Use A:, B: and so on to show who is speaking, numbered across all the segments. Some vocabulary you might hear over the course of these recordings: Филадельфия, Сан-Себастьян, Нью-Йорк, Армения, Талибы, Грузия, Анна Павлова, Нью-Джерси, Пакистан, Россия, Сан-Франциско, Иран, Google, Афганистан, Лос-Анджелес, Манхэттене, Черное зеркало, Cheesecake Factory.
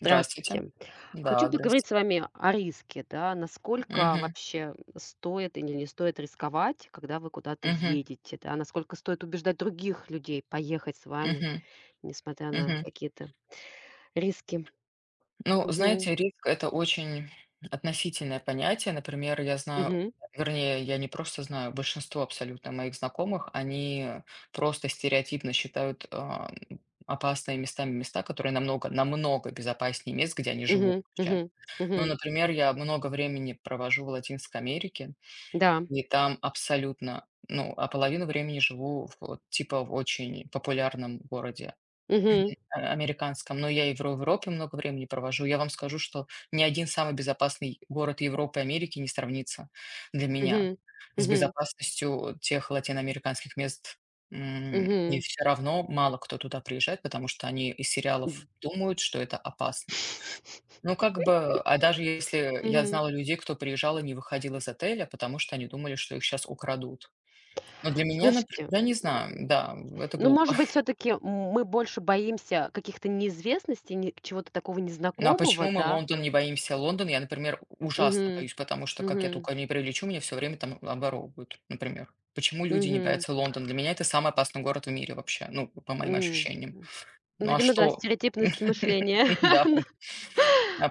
A: Здравствуйте.
B: Хочу
A: Да,
B: поговорить
A: здравствуйте.
B: с вами о риске, да. Насколько
A: Мгм.
B: вообще стоит или не стоит рисковать, когда вы куда-то
A: Мгм.
B: едете, да? Насколько стоит убеждать других людей поехать с вами,
A: Мгм.
B: несмотря на
A: Мгм.
B: какие-то риски?
A: Ну,
B: Мгм.
A: знаете, риск- это очень относительное понятие. Например, я знаю,
B: Мгм.
A: вернее, я не просто знаю, большинство абсолютно моих знакомых, они просто стереотипно считают, опасными местами места, которые намного намного безопаснее мест, где они живут
B: Мгм.
A: вообще.
B: Мгм.
A: Ну,
B: Мгм.
A: например, я много времени провожу в Латинской Америке.
B: Да.
A: И там абсолютно, ну, половину времени живу в вот типа в очень популярном городе,
B: Мгм.
A: американском, но я в Европе много времени провожу. Я вам скажу, что ни один самый безопасный город Европы и Америки не сравнится для меня
B: Мгм.
A: с
B: Мгм.
A: безопасностью тех латиноамериканских мест. И
B: Мгм.
A: все равно мало кто туда приезжает, потому что они из
B: Мгм.
A: сериалов думают, что это опасно. Ну, как бы, даже если я
B: Мгм.
A: знала людей, кто приезжал и не выходил из отеля, потому что они думали, что их сейчас украдут. Но для меня, например,
B: Слушайте.
A: я не знаю, да, это
B: Ну,
A: глупо.
B: может быть, все таки мы больше боимся каких-то неизвестностей, не чего-то такого
A: Ну, а
B: незнакомого,
A: почему мы
B: да?
A: Лондон не боимся? Лондон я, например, ужасно
B: Мгм.
A: боюсь, потому что как я
B: Мгм.
A: только не прилечу, меня все время там оборовывают, например. Почему люди не
B: Мгм.
A: боятся Лондон? Для меня это самый опасный город в мире вообще, ну, по моим ощущениям.
B: М. Ну,
A: Ну, а
B: видимо, да,
A: что?
B: стереотипность мышления
A: Да,
B: она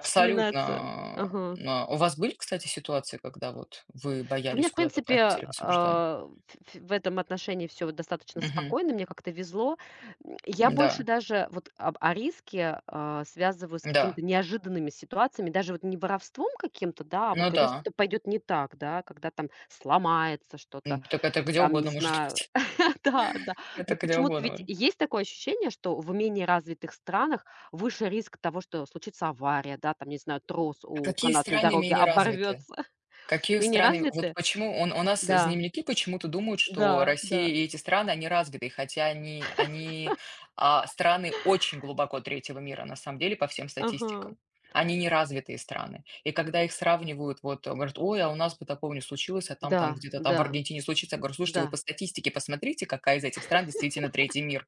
B: вспоминается. Ага.
A: У вас были, кстати, ситуации, когда вот вы
B: У меня,
A: боялись
B: в
A: куда-то
B: принципе,
A: поехать или вас убеждали?
B: в этом отношении все достаточно
A: Мгм.
B: спокойно, мне как-то везло. Я больше
A: Да,
B: даже вот об о риске, связываю с
A: да.
B: какими-то неожиданными ситуациями, даже вот не воровством каким-то, да, а вот
A: Ну
B: когда
A: да.
B: что-то пойдет не так, да, когда там сломается что-то,
A: Так это где
B: там, не
A: угодно может
B: знаю.
A: быть.
B: Да, да.
A: Это
B: Но
A: где
B: почему-то ведь
A: угодно.
B: есть такое ощущение, что в менее развитых странах выше риск того, что случится авария, да, там, не знаю, трос у
A: Какие
B: канатной
A: страны
B: дороги
A: менее развиты?
B: оборвется.
A: Какие
B: Менее
A: страны вот
B: развитые?
A: почему он у нас
B: Да.
A: земляки почему-то думают, что
B: Да, да.
A: Россия и эти страны, они развиты, хотя они страны очень глубоко третьего мира, на самом деле, по всем
B: Ага.
A: статистикам. Они не развитые страны. И когда их сравнивают, вот, говорят: "Ой, а у нас бы такого не случилось, а там
B: Да,
A: где-то там
B: да,
A: в Аргентине случится". Я говорю: "Слушайте,
B: да.
A: вы по статистике посмотрите, какая из этих стран действительно третий мир".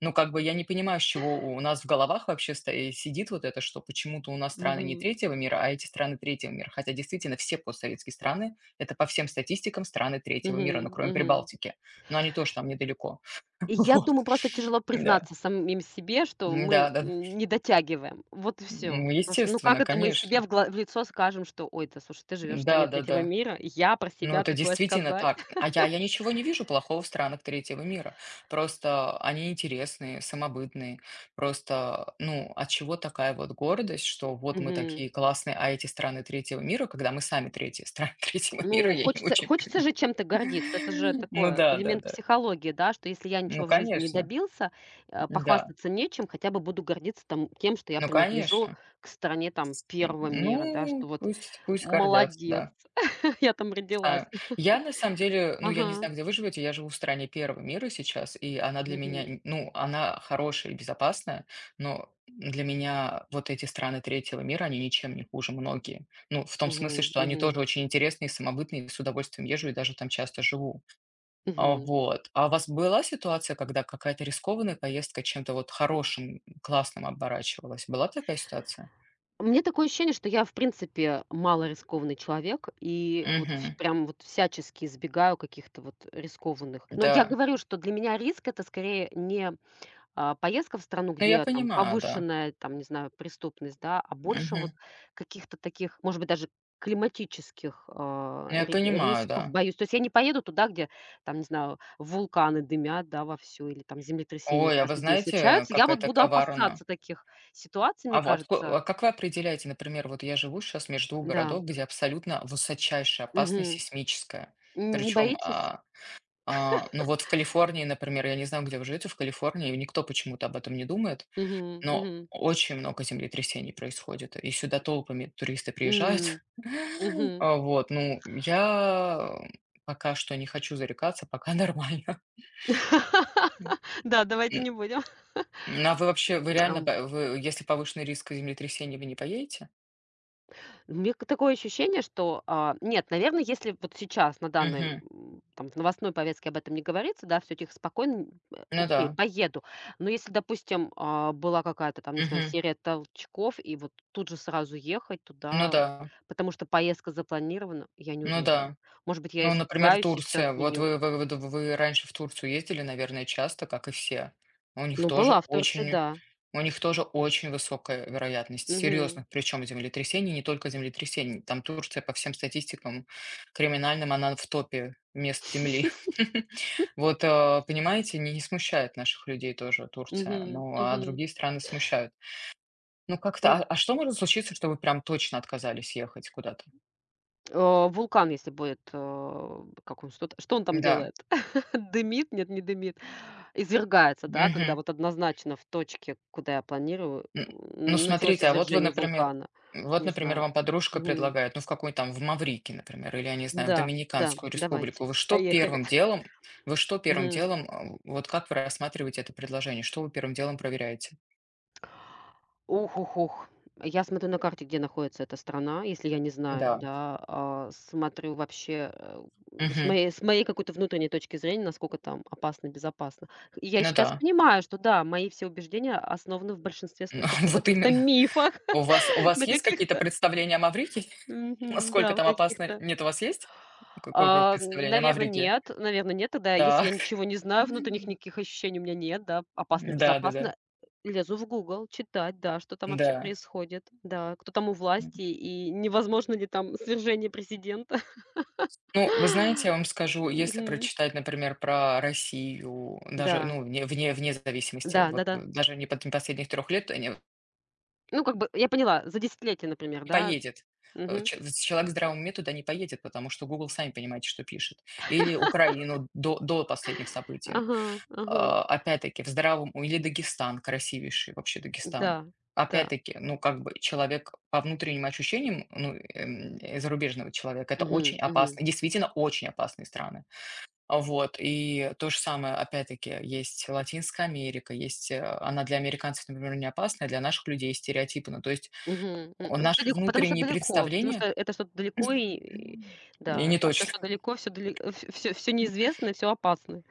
A: Ну, как бы я не понимаю, с чего у нас в головах вообще сидит вот это, что почему-то у нас страны не
B: Мгм.
A: третьего мира, а эти страны третьего мира. Хотя действительно все постсоветские страны – это по всем статистикам страны третьего мира, ну,
B: Мгм.
A: кроме
B: Мгм.
A: Прибалтики. Но они тоже там недалеко.
B: И я
A: Вот.
B: думаю, просто тяжело
A: Да.
B: признаться самим себе, что
A: Да,
B: мы,
A: да, да.
B: не дотягиваем. Вот и всё.
A: Ну,
B: Просто, ну, как
A: естественно,
B: это мы себе
A: конечно.
B: в лицо скажем, что: "Ой, да слушай, ты живешь в
A: Да,
B: стране
A: да, да.
B: третьего мира". Я про
A: Ну,
B: себя
A: это
B: такое
A: действительно
B: сказать?
A: так. Я ничего не вижу плохого в странах третьего мира. Просто они интересные, самобытные. Просто, ну, от чего такая вот гордость, что вот мы
B: Мгм.
A: такие классные, а эти страны третьего мира, когда мы сами третьи страны третьего мира,
B: Ну,
A: я не
B: хочется
A: очень...
B: хочется же чем-то гордиться. Это же
A: Ну
B: такой
A: да, да,
B: элемент
A: да.
B: психологии, да, что если я
A: Ну,
B: ничего в жизни не
A: конечно,
B: добился,
A: да.
B: похвастаться нечем, хотя бы буду гордиться там тем, что я
A: Ну,
B: принадлежу
A: конечно.
B: к стране там первого мира, да, что
A: Ну,
B: вот
A: пусть, пусть гордятся,
B: молодец,
A: да.
B: я там родилась.
A: А, я на самом деле, ну, я
B: Ага.
A: не знаю, где вы живете, я живу в стране первого мира сейчас, и она для меня,
B: Мгм.
A: ну, она хорошая и безопасная, но для меня вот эти страны третьего мира, они ничем не хуже многие. Ну, в том смысле,
B: Мгм.
A: что они тоже
B: Мгм.
A: очень интересные, самобытные, с удовольствием езжу и даже там часто живу.
B: Мгм.
A: Вот. А у вас была ситуация, когда какая-то рискованная поездка чем-то вот хорошим, классным оборачивалась? Была такая ситуация?
B: Мне такое ощущение, что я, в принципе, мало рискованный человек и вот ф
A: Угу.
B: прям вот всячески избегаю каких-то вот рискованных. Но я
A: Да.
B: говорю, что для меня риск — это скорее не. Поездка в страну,
A: Ну, я
B: где там
A: понимаю, да.
B: повышенная, там, не знаю, преступность, да, а больше вот
A: Угу.
B: каких-то таких, может быть, даже климатических,
A: Я
B: ри
A: понимаю,
B: рисков
A: да.
B: боюсь. То есть я не поеду туда, где там, не знаю, вулканы дымят, да, вовсю или там землетрясения
A: Ой, а вы
B: каждый день
A: знаете,
B: случаются. Я
A: как
B: вот
A: это
B: буду
A: коварно?
B: опасаться таких ситуаций, мне
A: А вот ко-
B: кажется.
A: а как вы определяете, например, вот я живу сейчас между двух
B: Да.
A: городов, где абсолютно высочайшая опасность
B: Мгм.
A: сейсмическая.
B: Н не
A: Причем,
B: боитесь?
A: а, а, ну вот в Калифорнии, например, я не знаю, где вы живете, в Калифорнии никто почему-то об этом не думает,
B: Мгм,
A: но
B: мгм.
A: очень много землетрясений происходит, и сюда толпами туристы приезжают.
B: М, мгм.
A: Вот, ну, я пока что не хочу зарекаться, пока нормально.
B: Да, давайте не будем.
A: Ну, а вы вообще, вы реально,
B: Ам.
A: п вы если повышенный риск землетрясения, вы не поедете?
B: У меня к такое ощущение, что, нет, наверное, если вот сейчас на данный,
A: Мгм.
B: там, в новостной повестке об этом не говорится, да, всё тихо, спокойно,
A: Ну
B: окей,
A: да.
B: поеду. Но если, допустим, была какая-то там, не знаю,
A: Мгм.
B: серия толчков, и вот тут же сразу ехать
A: Ну
B: туда,
A: да.
B: потому что поездка запланирована, я не
A: Ну
B: уверена.
A: да.
B: Может быть, я
A: Ну, например,
B: испугаюсь и все
A: Турция. Вот
B: отменю.
A: вы раньше в Турцию ездили, наверное, часто, как и все. У них
B: Ну,
A: тоже
B: была в Турции,
A: очень
B: да.
A: у них тоже очень высокая вероятность
B: Угу.
A: серьезных, причем землетрясений, не только землетрясений. Там Турция по всем статистикам криминальным, она в топе мест Земли. Вот, понимаете, не смущает наших людей тоже Турция,
B: Угу.
A: ну, а
B: Угу.
A: другие страны смущают. Ну, как-то, что может случиться, что вы прям точно отказались ехать куда-то?
B: Вулкан, если будет, как он, что он там
A: Да.
B: делает? Дымит? Нет, не дымит. Извергается, да, когда
A: Мгм.
B: вот однозначно в точке, куда я планирую,
A: Н Ну,
B: началось
A: смотрите, а вот вы,
B: извержение
A: например
B: вулкана.
A: вот,
B: Не
A: например,
B: знаю.
A: вам подружка
B: Мгм.
A: предлагает, ну, в какой там, в Маврикий, например, или, я не знаю, в
B: Да, да,
A: Доминиканскую
B: давайте.
A: Республику.
B: Поехали.
A: Вы что первым
B: Мгм.
A: делом, вот как вы рассматриваете это предложение? Что вы первым делом проверяете?
B: Ух, ух, ух. Я смотрю на карте, где находится эта страна, если я не знаю,
A: Да.
B: да, смотрю вообще, с
A: Мгм.
B: моей с моей какой-то внутренней точки зрения, насколько там опасно, безопасно. И я
A: Ну
B: сейчас
A: да.
B: понимаю, что да, мои все убеждения основаны в большинстве
A: Ну,
B: случаев на
A: вот
B: каких-то
A: именно.
B: мифах,
A: У вас
B: на
A: есть какие-то
B: каких-то,
A: представления о Маврикии? Насколько
B: да, в
A: там опасно?
B: каких-то,
A: Нет, у вас есть какое представление о
B: наверно,
A: Маврикии?
B: нет. Наверное, нет. Тогда, если я
A: Так.
B: ничего не знаю, внутренних никаких ощущений у меня нет, да,
A: Да-да-да.
B: опасно-безопасно. Лезу в Google, читать, да, что там
A: Да,
B: вообще
A: да.
B: происходит, да, кто там у
A: Да.
B: власти и невозможно ли там свержение президента.
A: Ну, вы знаете, я вам скажу, если
B: Мгм.
A: прочитать, например, про Россию, даже,
B: Да,
A: ну, вне зависимости,
B: да,
A: вот,
B: да-да.
A: даже не последних 3 лет, не
B: Ну, как бы я поняла, за десятилетие, например,
A: не
B: да.
A: поедет. Э,
B: Мгм.
A: че з Человек с здравым уме туда не поедет, потому что Google сами понимаете, что пишет. Или Украину до последних событий.
B: Ага, ага.
A: Опять-таки, в здравом у или Дагестан, красивейший вообще Дагестан.
B: Да, да.
A: Опять-таки, ну, как бы человек по внутренним ощущениям, ну, зарубежного человека, это очень
B: Мгм, мгм.
A: опасно, действительно очень опасные страны. Вот, и то же самое, опять-таки, есть Латинская Америка, есть, она для американцев, например, не опасна, а для наших людей стереотипна. То есть,
B: Мгм, ну,
A: наши внутренние
B: далеко, потому
A: представления.
B: что это что-то далеко и,
A: М. и
B: да,
A: не
B: а все
A: точно.
B: что далеко, все далеко, все все всё всё неизвестно, всё опасно.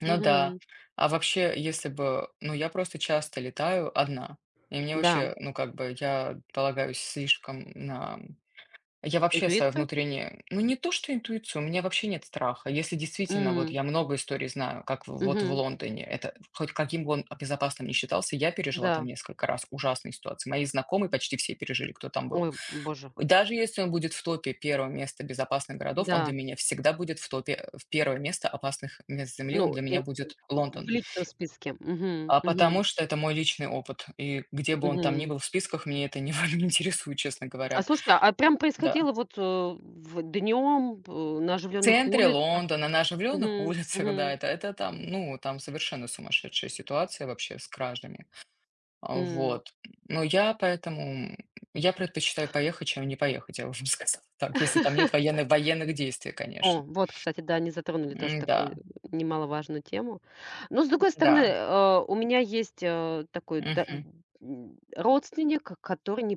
A: Ну да.
B: Мгм.
A: А вообще, если бы ну, я просто часто летаю одна, и мне
B: Да,
A: вообще, ну, как бы я полагаюсь слишком на... Я вообще свою
B: интуицию?
A: внутреннюю, ну, не то что интуицию, у меня вообще нет страха. Если действительно, вот
B: М,
A: я много историй знаю, как вот в
B: мгм,
A: Лондоне, это хоть каким бы он безопасным ни считался, я пережила там
B: да.
A: несколько раз ужасные ситуации. Мои знакомые почти все пережили, кто там был.
B: Ой, боже,
A: И даже если он будет в топе первого места безопасных городов, он для
B: да.
A: меня всегда будет в топе в первое место опасных мест Земли, он
B: Ну,
A: для меня будет
B: в
A: Лондон.
B: личном списке. Мгм,
A: А
B: мгм,
A: потому что это мой личный опыт. И где бы он там ни
B: мгм.
A: был в списках, мне это не, не интересует, честно
B: А
A: говоря.
B: слушай, а прям
A: Да.
B: происходило вот, днем на
A: В
B: оживленных
A: центре
B: улицах?
A: Лондона, на оживленных
B: Мгм,
A: улицах, да,
B: мгм,
A: это там, ну, там совершенно сумасшедшая ситуация вообще с кражами.
B: м.
A: Вот. Но я поэтому, я предпочитаю поехать, чем не поехать, я уже сказала. Так, если там нет военных действий,
B: О,
A: конечно.
B: вот, кстати, да, они затронули тоже
A: М, да,
B: такую немаловажную тему. Но, с другой стороны,
A: да,
B: у меня есть, такой
A: мгм,
B: родственник, который не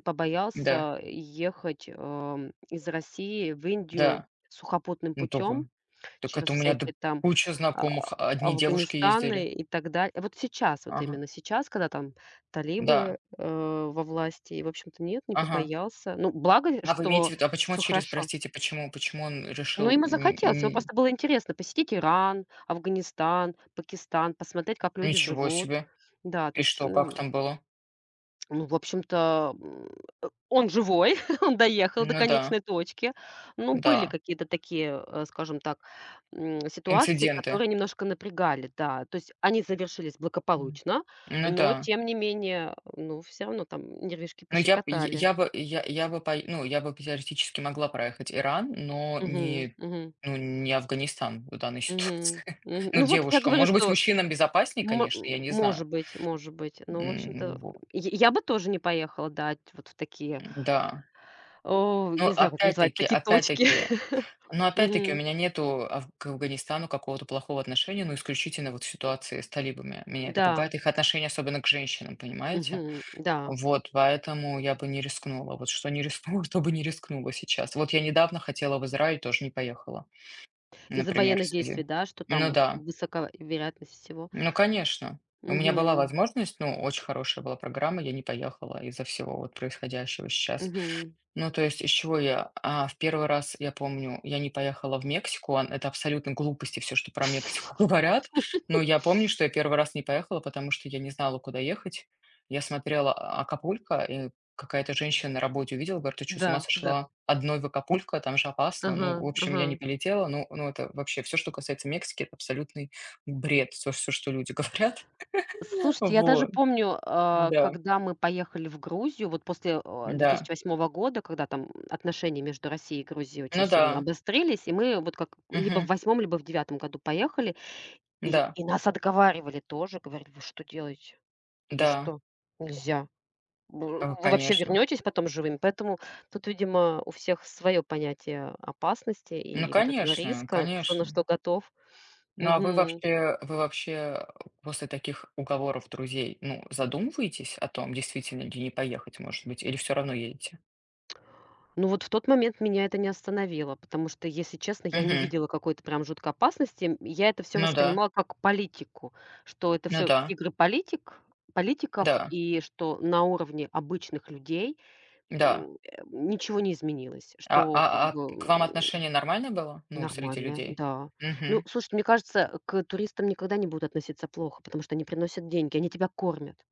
A: да,
B: побоялся ехать, из России в Индию
A: да.
B: сухопутным
A: Ну, то
B: путем
A: вы-. Так
B: через
A: это у меня д-
B: всякие там,
A: Куча
B: а,
A: знакомых, одни девушки ездили.
B: Афганистаны и так далее. Вот сейчас, вот
A: Ага,
B: именно сейчас, когда там
A: да,
B: талибы, во власти, и, в общем-то, нет, не
A: ага.
B: побоялся. Ну, благо,
A: А вы
B: что
A: имеете в виду, а почему
B: все
A: через,
B: хорошо.
A: простите, почему, почему он
B: Ну,
A: решил,
B: ему
A: н-.
B: захотелось, ему
A: н-
B: просто было интересно посетить Иран, Афганистан, Пакистан, посмотреть, как люди
A: Ничего
B: живут.
A: себе.
B: Да, то
A: И
B: есть,
A: что, как
B: ну
A: там было?
B: ну, в общем-то, он живой, он доехал до
A: Ну да,
B: конечной точки. Ну, были
A: да,
B: какие-то такие, скажем так, ситуации,
A: инциденты.
B: которые немножко напрягали, да. То есть они завершились
A: М.
B: благополучно,
A: Ну
B: но
A: да.
B: тем не менее, ну, все равно там нервишки
A: Ну, я б
B: пощекотали.
A: я бы пой ну, я бы теоретически могла проехать Иран, но
B: Мгм,
A: не...
B: мгм,
A: ну, не Афганистан в данной
B: мгм,
A: ситуации.
B: мгм.
A: Ну,
B: Ну, вот я
A: девушкам.
B: говорю,
A: Может быть,
B: что.
A: мужчинам безопаснее, конечно, я не знаю.
B: Может быть, может быть. Но, в
A: М,
B: общем-то,
A: во
B: я бы тоже не поехала, да, вот в такие,
A: да. Ну
B: не знаю, как назвать,
A: опять-таки
B: такие точки.
A: опять-таки но опять-таки у
B: Мгм.
A: меня нету аф к Афганистану какого-то плохого отношения, но исключительно вот в ситуации с талибами. Меня это
B: Да,
A: пугает, их отношение особенно к женщинам, понимаете?
B: мгм, да.
A: Вот, поэтому я бы не рискнула. Вот что не рискнула, то бы не рискнула сейчас. Вот я недавно хотела в Израиль, тоже не поехала,
B: Из-за
A: например, в
B: военных действий,
A: связи...
B: да, что
A: Ну
B: там
A: да,
B: высока вероятность всего.
A: ну конечно. У меня была
B: Мгм,
A: возможность, ну, очень хорошая была программа, я не поехала из-за всего вот происходящего сейчас.
B: мгм.
A: Ну, то есть, из чего я? В первый раз, я помню, я не поехала в Мексику. Ан это абсолютно глупости, все, что про Мексику говорят. Но я помню, что я первый раз не поехала, потому что я не знала, куда ехать. Я смотрела Акапулько, и какая-то женщина на работе увидела, говорит: "Ты чё, с ума
B: Да, да.
A: сошла? Одной в Акапулько? Там же опасно".
B: Ага,
A: Ну, в общем,
B: ага.
A: я не полетела. Ну, ну, это вообще все, что касается Мексики - это абсолютный бред, все, что люди говорят.
B: Слушайте, я даже
A: Вот.
B: помню,
A: Да,
B: когда мы поехали в Грузию, вот после,
A: да.
B: 2008 года, когда там отношения между Россией и Грузией очень
A: Ну
B: сильно
A: да.
B: обострились, и мы вот как либо в
A: Мгм.
B: восьмом, либо в девятом году поехали, и
A: Да,
B: и нас отговаривали тоже, говорили: "Вы что делаете? Вы
A: да,
B: что? Нельзя. Вы вы вообще
A: конечно.
B: вернетесь потом живыми?" Поэтому тут, видимо, у всех свое понятие опасности
A: Ну,
B: и вот этого
A: конечно,
B: риска, кто на
A: конечно.
B: что готов.
A: Вы вообще после таких уговоров друзей, ну, задумываетесь о том, действительно ли не поехать, может быть, или все равно едете?
B: Ну, вот в тот момент меня это не остановило, потому что, если честно, я не
A: Угу.
B: видела какой-то прям жуткой опасности. Я это все
A: Ну да,
B: воспринимала как политику, что это
A: ну
B: все
A: да,
B: игры политиков
A: да,
B: и что на уровне обычных людей,
A: да.
B: ничего не изменилось, что как
A: А к
B: бы,
A: вам отношение нормальное было, ну, среди
B: нормально,
A: людей?
B: да. Ну,
A: Угу.
B: слушай, мне кажется, к туристам никогда не будут относиться плохо, потому что они приносят деньги, они тебя кормят.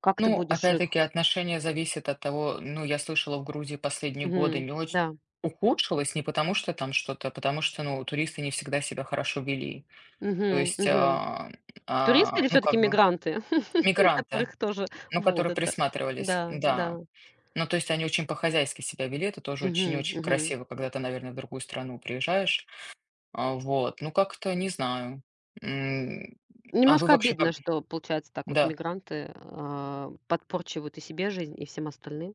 B: Как ты
A: Ну,
B: будешь их.
A: опять-таки, отношение зависит от того, ну, я слышала, в Грузии последние годы
B: Мгм.
A: не очень
B: Да.
A: ухудшилось не потому, что там что-то, а потому что, ну, туристы не всегда себя хорошо вели. То есть,
B: Мгм. Туристы или
A: ну,
B: все таки
A: как бы
B: мигранты,
A: мигранты,
B: которых тоже
A: ну,
B: вот
A: которые
B: это.
A: присматривались,
B: Да,
A: да.
B: да.
A: Ну, то есть они очень по-хозяйски себя вели, это тоже очень и
B: Мгм,
A: очень
B: мгм.
A: красиво, когда ты, наверное, в другую страну приезжаешь. Вот, ну, как-то не знаю. М, а вы
B: Немножко
A: вообще
B: обидно,
A: как?
B: что, получается, так вот
A: Да.
B: мигранты, подпорчивают и себе жизнь, и всем остальным.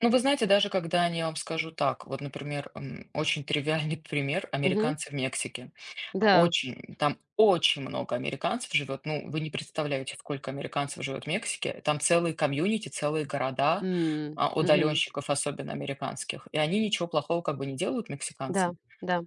A: Ну, вы знаете, даже когда они вам скажу, так, вот, например, очень тривиальный пример -
B: Мгм.
A: американцы в Мексике.
B: Да.
A: Очень, там очень много американцев живет, ну, вы не представляете, сколько американцев живет в Мексике. Там целые комьюнити, целые города
B: М. Мгм.
A: удаленщиков, особенно американских. И они ничего плохого как бы не делают
B: Да,
A: мексиканцам.
B: да,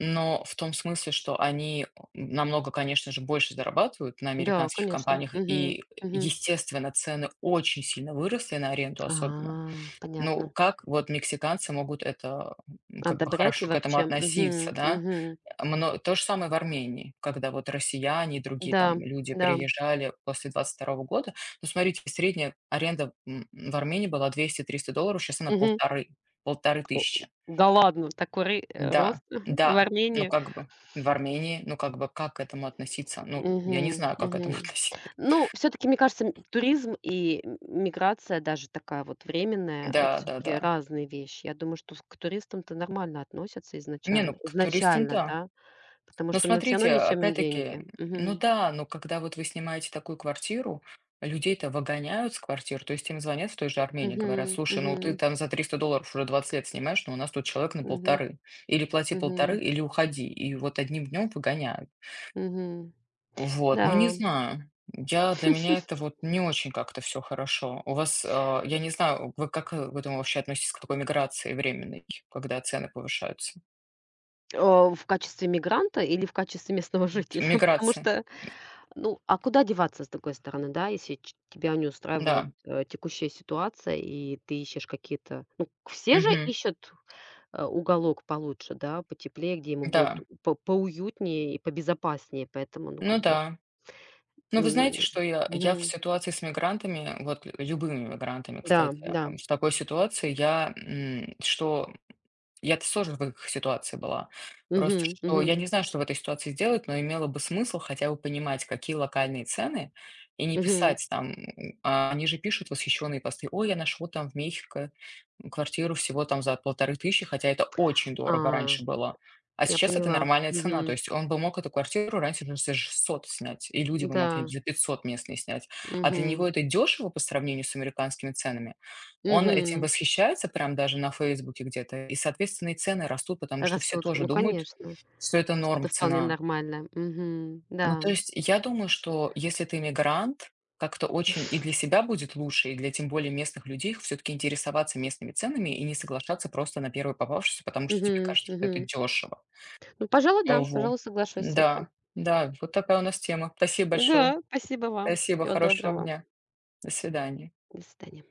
A: Но в том смысле, что они намного, конечно же, больше зарабатывают на
B: да,
A: американских
B: конечно.
A: компаниях,
B: Мгм,
A: и,
B: мгм.
A: естественно, цены очень сильно выросли на аренду особенно.
B: А,
A: Ну,
B: понятно.
A: как вот мексиканцы могут это, как бы
B: Одобрять и
A: хорошо к этому
B: вообще.
A: относиться,
B: Мгм,
A: да?
B: мгм.
A: Мно То же самое в Армении, когда вот россияне и другие там
B: Да,
A: люди
B: да.
A: приезжали после 2022 года. Ну, смотрите, средняя аренда, в Армении была 200-300 долларов, сейчас она
B: Мгм.
A: полторы-полторы
B: О,
A: тысячи.
B: да ладно, такой ры
A: Да,
B: рост в
A: да, ну,
B: Армении?
A: как бы в Армении, ну, как бы как к этому относиться? Ну, я не
B: Мгм,
A: знаю, как к этому
B: мгм.
A: относиться.
B: Ну, все таки мне кажется, туризм и миграция, даже такая вот временная, это все таки
A: Да-да-да.
B: разные вещи. Я думаю, что с к туристам-то нормально относятся
A: Не, ну,
B: изначально.
A: к туристам
B: Изначально,
A: да.
B: да, потому
A: Ну,
B: что мы все равно
A: смотрите,
B: несем им
A: опять-таки,
B: деньги.
A: ну
B: Мгм.
A: да, но когда вот вы снимаете такую квартиру, людей-то выгоняют с квартир, то есть им звонят в той же Армении,
B: Мгм,
A: говорят: слушай, ну ты
B: мгм,
A: там за 300 долларов уже 20 лет снимаешь, но у нас тут человек на
B: мгм,
A: полторы. Или плати полторы,
B: мгм,
A: или уходи. И вот одним днем выгоняют.
B: мгм.
A: Вот, ну не
B: Да.
A: знаю. Для меня это вот не очень как-то все хорошо. У вас, я не знаю, вы как к этому вообще относитесь, к такой миграции временной, когда цены повышаются?
B: Э, в качестве мигранта или в качестве местного жителя? Потому
A: Миграция,
B: что. Ну, а куда деваться, с другой стороны, да, если тебя не устраивает,
A: да.
B: текущая ситуация, и ты ищешь какие-то. Ну, все же
A: Мгм.
B: ищут, уголок получше, да, потеплее, где ему будет
A: Да.
B: поуютнее и побезопаснее, поэтому, ну,
A: Ну
B: как бы.
A: да. Ну, вы знаете,
B: м,
A: что я в
B: мгм.
A: ситуации с мигрантами, вот любыми мигрантами,
B: Да,
A: кстати,
B: да.
A: в такой ситуации я, м, что я тоже в их ситуации была. Просто
B: Мгм,
A: что
B: мгм,
A: я не знаю, что в этой ситуации сделать, но имело бы смысл хотя бы понимать, какие локальные цены, и не
B: мгм.
A: писать там, они же пишут восхищенные посты: "Ой, я нашел там в Мехико квартиру всего там за 1500, хотя это очень
B: А,
A: дорого раньше было. А
B: я
A: сейчас это
B: поняла.
A: нормальная цена". То
B: Мгм.
A: есть он бы мог эту квартиру раньше даже за 600 снять, и люди бы могли
B: Да.
A: за 500 местные снять. А для
B: Мгм,
A: него это дешево по сравнению с американскими ценами. Он этим
B: мгм.
A: восхищается, прям даже на "Фейсбуке" где-то, и, соответственно, и цены растут, потому что все
B: Растут,
A: тоже
B: ну,
A: думают,
B: конечно.
A: что это
B: Что-то
A: норм
B: вполне
A: цена.
B: нормально. Мгм,
A: Ну,
B: да.
A: то есть я думаю, что если ты мигрант, как-то очень и для себя будет лучше, и для тем более местных людей все-таки интересоваться местными ценами и не соглашаться просто на первую попавшуюся, потому что тебе
B: Мгм,
A: кажется, что это
B: мгм.
A: дешево.
B: Ну, пожалуй, да,
A: Аву.
B: пожалуй, соглашусь с этим.
A: Да, да, вот такая у нас тема. Спасибо большое.
B: Да, спасибо вам.
A: Спасибо,
B: Всего
A: хорошего вам
B: доброго.
A: дня. До свидания.
B: До свидания.